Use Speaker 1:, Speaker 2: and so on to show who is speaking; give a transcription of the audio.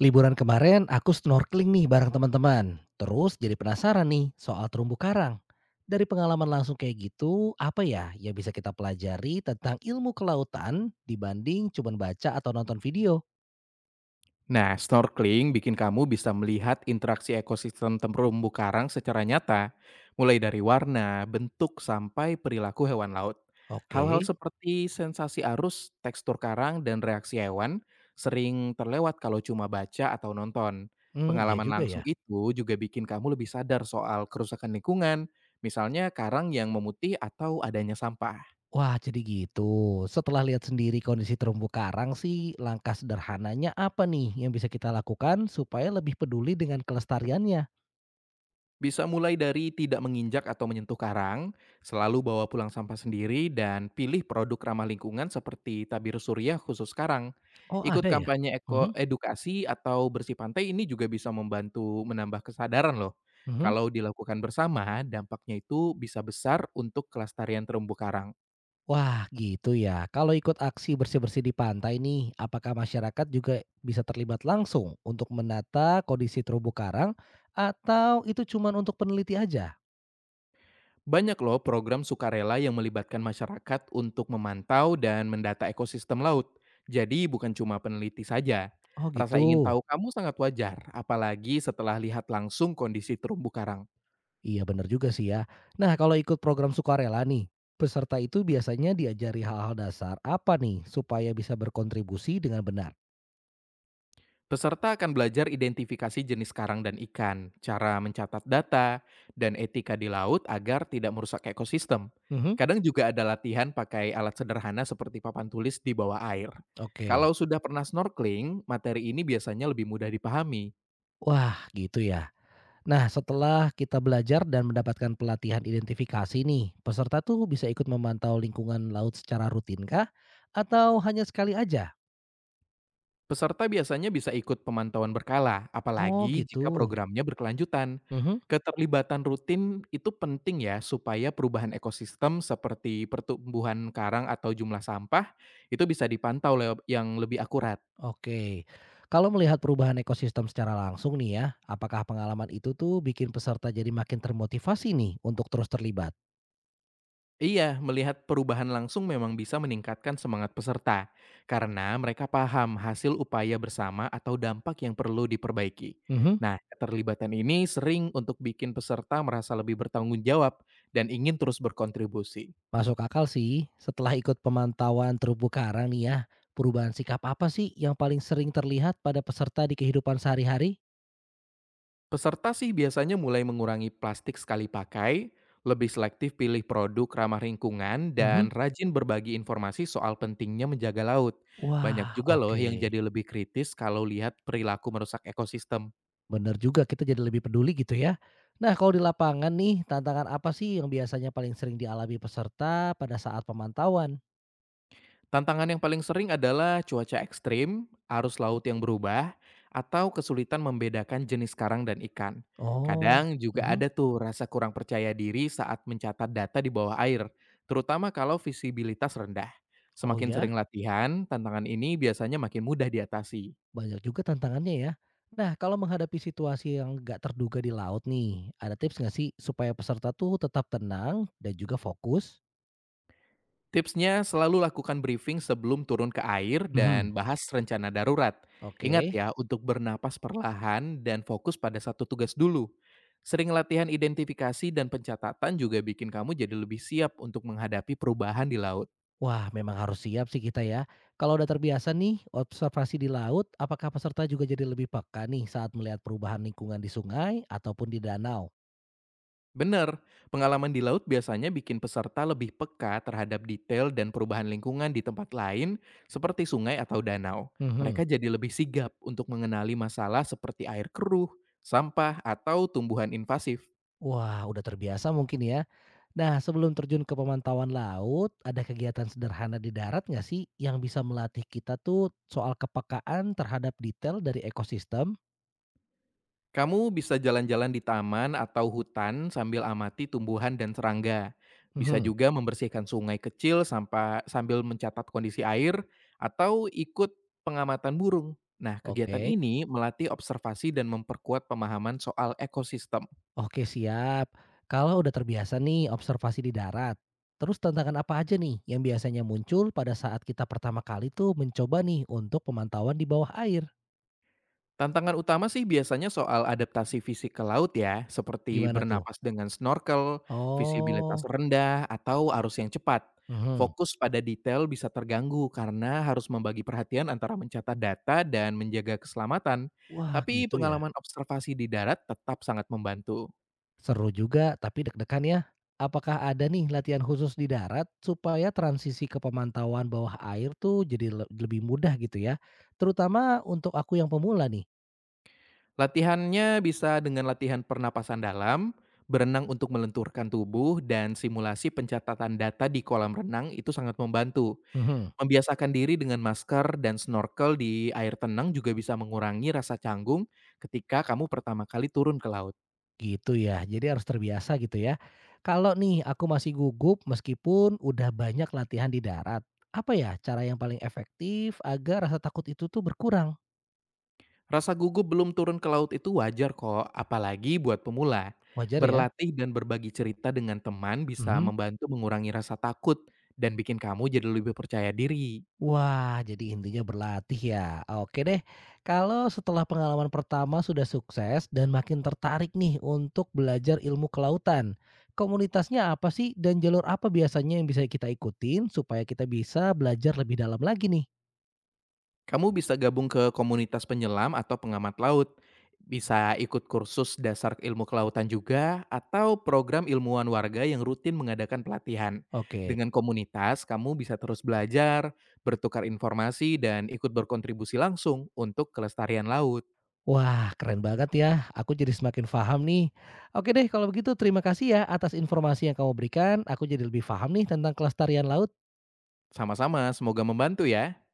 Speaker 1: Liburan kemarin aku snorkeling nih bareng teman-teman. Terus jadi penasaran nih soal terumbu karang. Dari pengalaman langsung kayak gitu, apa ya yang bisa kita pelajari tentang ilmu kelautan dibanding cuman baca atau nonton video?
Speaker 2: Nah, snorkeling bikin kamu bisa melihat interaksi ekosistem terumbu karang secara nyata, mulai dari warna, bentuk, sampai perilaku hewan laut.
Speaker 1: Oke.
Speaker 2: Hal-hal seperti sensasi arus, tekstur karang, dan reaksi hewan sering terlewat kalau cuma baca atau nonton.
Speaker 1: Hmm, iya
Speaker 2: Pengalaman
Speaker 1: juga
Speaker 2: langsung
Speaker 1: ya.
Speaker 2: itu juga bikin kamu lebih sadar soal kerusakan lingkungan, misalnya karang yang memutih atau adanya sampah.
Speaker 1: Wah, jadi gitu. Setelah lihat sendiri kondisi terumbu karang sih, langkah sederhananya apa nih yang bisa kita lakukan supaya lebih peduli dengan kelestariannya?
Speaker 2: Bisa mulai dari tidak menginjak atau menyentuh karang, selalu bawa pulang sampah sendiri, dan pilih produk ramah lingkungan seperti tabir surya khusus karang.
Speaker 1: Oh,
Speaker 2: Ikut
Speaker 1: ada ya?
Speaker 2: kampanye eko
Speaker 1: Mhm,
Speaker 2: edukasi atau bersih pantai ini juga bisa membantu menambah kesadaran loh.
Speaker 1: mhm.
Speaker 2: Kalau dilakukan bersama, dampaknya itu bisa besar untuk kelestarian terumbu karang.
Speaker 1: Wah, gitu ya. Kalau ikut aksi bersih-bersih di pantai nih, apakah masyarakat juga bisa terlibat langsung untuk menata kondisi terumbu karang atau itu cuman untuk peneliti aja?
Speaker 2: Banyak loh program sukarela yang melibatkan masyarakat untuk memantau dan mendata ekosistem laut. Jadi bukan cuma peneliti saja.
Speaker 1: Oh,
Speaker 2: Rasa ingin
Speaker 1: gitu.
Speaker 2: tahu kamu sangat wajar, apalagi setelah lihat langsung kondisi terumbu karang.
Speaker 1: Iya, bener juga sih ya. Nah, kalau ikut program sukarela nih, peserta itu biasanya diajari hal-hal dasar apa nih supaya bisa berkontribusi dengan benar?
Speaker 2: Peserta akan belajar identifikasi jenis karang dan ikan, cara mencatat data, dan etika di laut agar tidak merusak ekosistem.
Speaker 1: Mhm.
Speaker 2: Kadang juga ada latihan pakai alat sederhana seperti papan tulis di bawah air. Kalau
Speaker 1: Oke.
Speaker 2: sudah pernah snorkeling, materi ini biasanya lebih mudah dipahami.
Speaker 1: Wah, gitu ya. Nah, setelah kita belajar dan mendapatkan pelatihan identifikasi nih, peserta tuh bisa ikut memantau lingkungan laut secara rutin kah? Atau hanya sekali aja?
Speaker 2: Peserta biasanya bisa ikut pemantauan berkala,
Speaker 1: Oh,
Speaker 2: apalagi
Speaker 1: gitu.
Speaker 2: jika programnya berkelanjutan.
Speaker 1: Mhm.
Speaker 2: Keterlibatan rutin itu penting ya supaya perubahan ekosistem seperti pertumbuhan karang atau jumlah sampah itu bisa dipantau yang lebih akurat.
Speaker 1: Oke. Kalau melihat perubahan ekosistem secara langsung nih ya, apakah pengalaman itu tuh bikin peserta jadi makin termotivasi nih untuk terus terlibat?
Speaker 2: Iya, melihat perubahan langsung memang bisa meningkatkan semangat peserta karena mereka paham hasil upaya bersama atau dampak yang perlu diperbaiki.
Speaker 1: Mhm.
Speaker 2: Nah, keterlibatan ini sering untuk bikin peserta merasa lebih bertanggung jawab dan ingin terus berkontribusi.
Speaker 1: Masuk akal sih. Setelah ikut pemantauan terumbu karang nih ya, perubahan sikap apa sih yang paling sering terlihat pada peserta di kehidupan sehari-hari?
Speaker 2: Peserta sih biasanya mulai mengurangi plastik sekali pakai, lebih selektif pilih produk ramah lingkungan, dan
Speaker 1: Mhm.
Speaker 2: rajin berbagi informasi soal pentingnya menjaga laut. Banyak
Speaker 1: Wah,
Speaker 2: juga loh
Speaker 1: oke.
Speaker 2: yang jadi lebih kritis kalau lihat perilaku merusak ekosistem.
Speaker 1: Bener juga, kita jadi lebih peduli gitu ya. Nah, kalau di lapangan nih tantangan apa sih yang biasanya paling sering dialami peserta pada saat pemantauan?
Speaker 2: Tantangan yang paling sering adalah cuaca ekstrim, arus laut yang berubah, atau kesulitan membedakan jenis karang dan ikan.
Speaker 1: Oh,
Speaker 2: Kadang juga
Speaker 1: mhm.
Speaker 2: ada tuh rasa kurang percaya diri saat mencatat data di bawah air, terutama kalau visibilitas rendah.
Speaker 1: Oh
Speaker 2: Semakin sering
Speaker 1: ya,
Speaker 2: latihan, tantangan ini biasanya makin mudah diatasi.
Speaker 1: banyak juga tantangannya ya. Nah, kalau menghadapi situasi yang gak terduga di laut nih, ada tips nggak sih supaya peserta tuh tetap tenang dan juga fokus?
Speaker 2: Tipsnya selalu lakukan briefing sebelum turun ke air
Speaker 1: Mhm,
Speaker 2: dan bahas rencana darurat. Ingat
Speaker 1: oke.
Speaker 2: ya untuk bernapas perlahan dan fokus pada satu tugas dulu. Sering latihan identifikasi dan pencatatan juga bikin kamu jadi lebih siap untuk menghadapi perubahan di laut.
Speaker 1: Wah, memang harus siap sih kita ya. Kalau udah terbiasa nih observasi di laut, apakah peserta juga jadi lebih peka nih saat melihat perubahan lingkungan di sungai ataupun di danau?
Speaker 2: Bener, pengalaman di laut biasanya bikin peserta lebih peka terhadap detail dan perubahan lingkungan di tempat lain seperti sungai atau danau.
Speaker 1: Mhm.
Speaker 2: Mereka jadi lebih sigap untuk mengenali masalah seperti air keruh, sampah, atau tumbuhan invasif.
Speaker 1: Wah, udah terbiasa mungkin ya. Nah, sebelum terjun ke pemantauan laut, ada kegiatan sederhana di darat nggak sih yang bisa melatih kita tuh soal kepekaan terhadap detail dari ekosistem?
Speaker 2: Kamu bisa jalan-jalan di taman atau hutan sambil amati tumbuhan dan serangga. Bisa
Speaker 1: Mhm.
Speaker 2: juga membersihkan sungai kecil sambil mencatat kondisi air atau ikut pengamatan burung. Nah, kegiatan
Speaker 1: Oke.
Speaker 2: ini melatih observasi dan memperkuat pemahaman soal ekosistem.
Speaker 1: Oke siap. Kalau udah terbiasa nih observasi di darat, terus tantangan apa aja nih yang biasanya muncul pada saat kita pertama kali tuh mencoba nih untuk pemantauan di bawah air?
Speaker 2: Tantangan utama sih biasanya soal adaptasi fisik ke laut ya, seperti
Speaker 1: Gimana tuh?
Speaker 2: bernapas dengan snorkel, visibilitas
Speaker 1: Oh,
Speaker 2: rendah, atau arus yang cepat.
Speaker 1: mhm.
Speaker 2: Fokus pada detail bisa terganggu karena harus membagi perhatian antara mencatat data dan menjaga keselamatan.
Speaker 1: Wah,
Speaker 2: Tapi
Speaker 1: gitu ya.
Speaker 2: pengalaman observasi di darat tetap sangat membantu.
Speaker 1: Seru juga, tapi deg-degan ya. Apakah ada nih latihan khusus di darat supaya transisi ke pemantauan bawah air tuh jadi lebih mudah gitu ya? Terutama untuk aku yang pemula nih.
Speaker 2: Latihannya bisa dengan latihan pernapasan dalam, berenang untuk melenturkan tubuh, dan simulasi pencatatan data di kolam renang itu sangat membantu.
Speaker 1: Mhm.
Speaker 2: Membiasakan diri dengan masker dan snorkel di air tenang juga bisa mengurangi rasa canggung ketika kamu pertama kali turun ke laut.
Speaker 1: Gitu ya, jadi harus terbiasa gitu ya. Kalau nih aku masih gugup meskipun udah banyak latihan di darat, apa ya cara yang paling efektif agar rasa takut itu tuh berkurang?
Speaker 2: Rasa gugup belum turun ke laut itu wajar kok, apalagi buat pemula.
Speaker 1: Wajar ya?
Speaker 2: Berlatih dan berbagi cerita dengan teman bisa
Speaker 1: Mhm.
Speaker 2: membantu mengurangi rasa takut dan bikin kamu jadi lebih percaya diri.
Speaker 1: Wah, jadi intinya berlatih ya. Oke deh. Kalau setelah pengalaman pertama sudah sukses dan makin tertarik nih untuk belajar ilmu kelautan, komunitasnya apa sih dan jalur apa biasanya yang bisa kita ikutin supaya kita bisa belajar lebih dalam lagi nih?
Speaker 2: Kamu bisa gabung ke komunitas penyelam atau pengamat laut. Bisa ikut kursus dasar ilmu kelautan juga atau program ilmuwan warga yang rutin mengadakan pelatihan.
Speaker 1: Oke.
Speaker 2: Dengan komunitas, kamu bisa terus belajar, bertukar informasi, dan ikut berkontribusi langsung untuk kelestarian laut.
Speaker 1: Wah, keren banget ya. Aku jadi semakin paham nih. Oke deh, kalau begitu terima kasih ya atas informasi yang kamu berikan. Aku jadi lebih paham nih tentang kelestarian laut.
Speaker 2: Sama-sama, semoga membantu ya.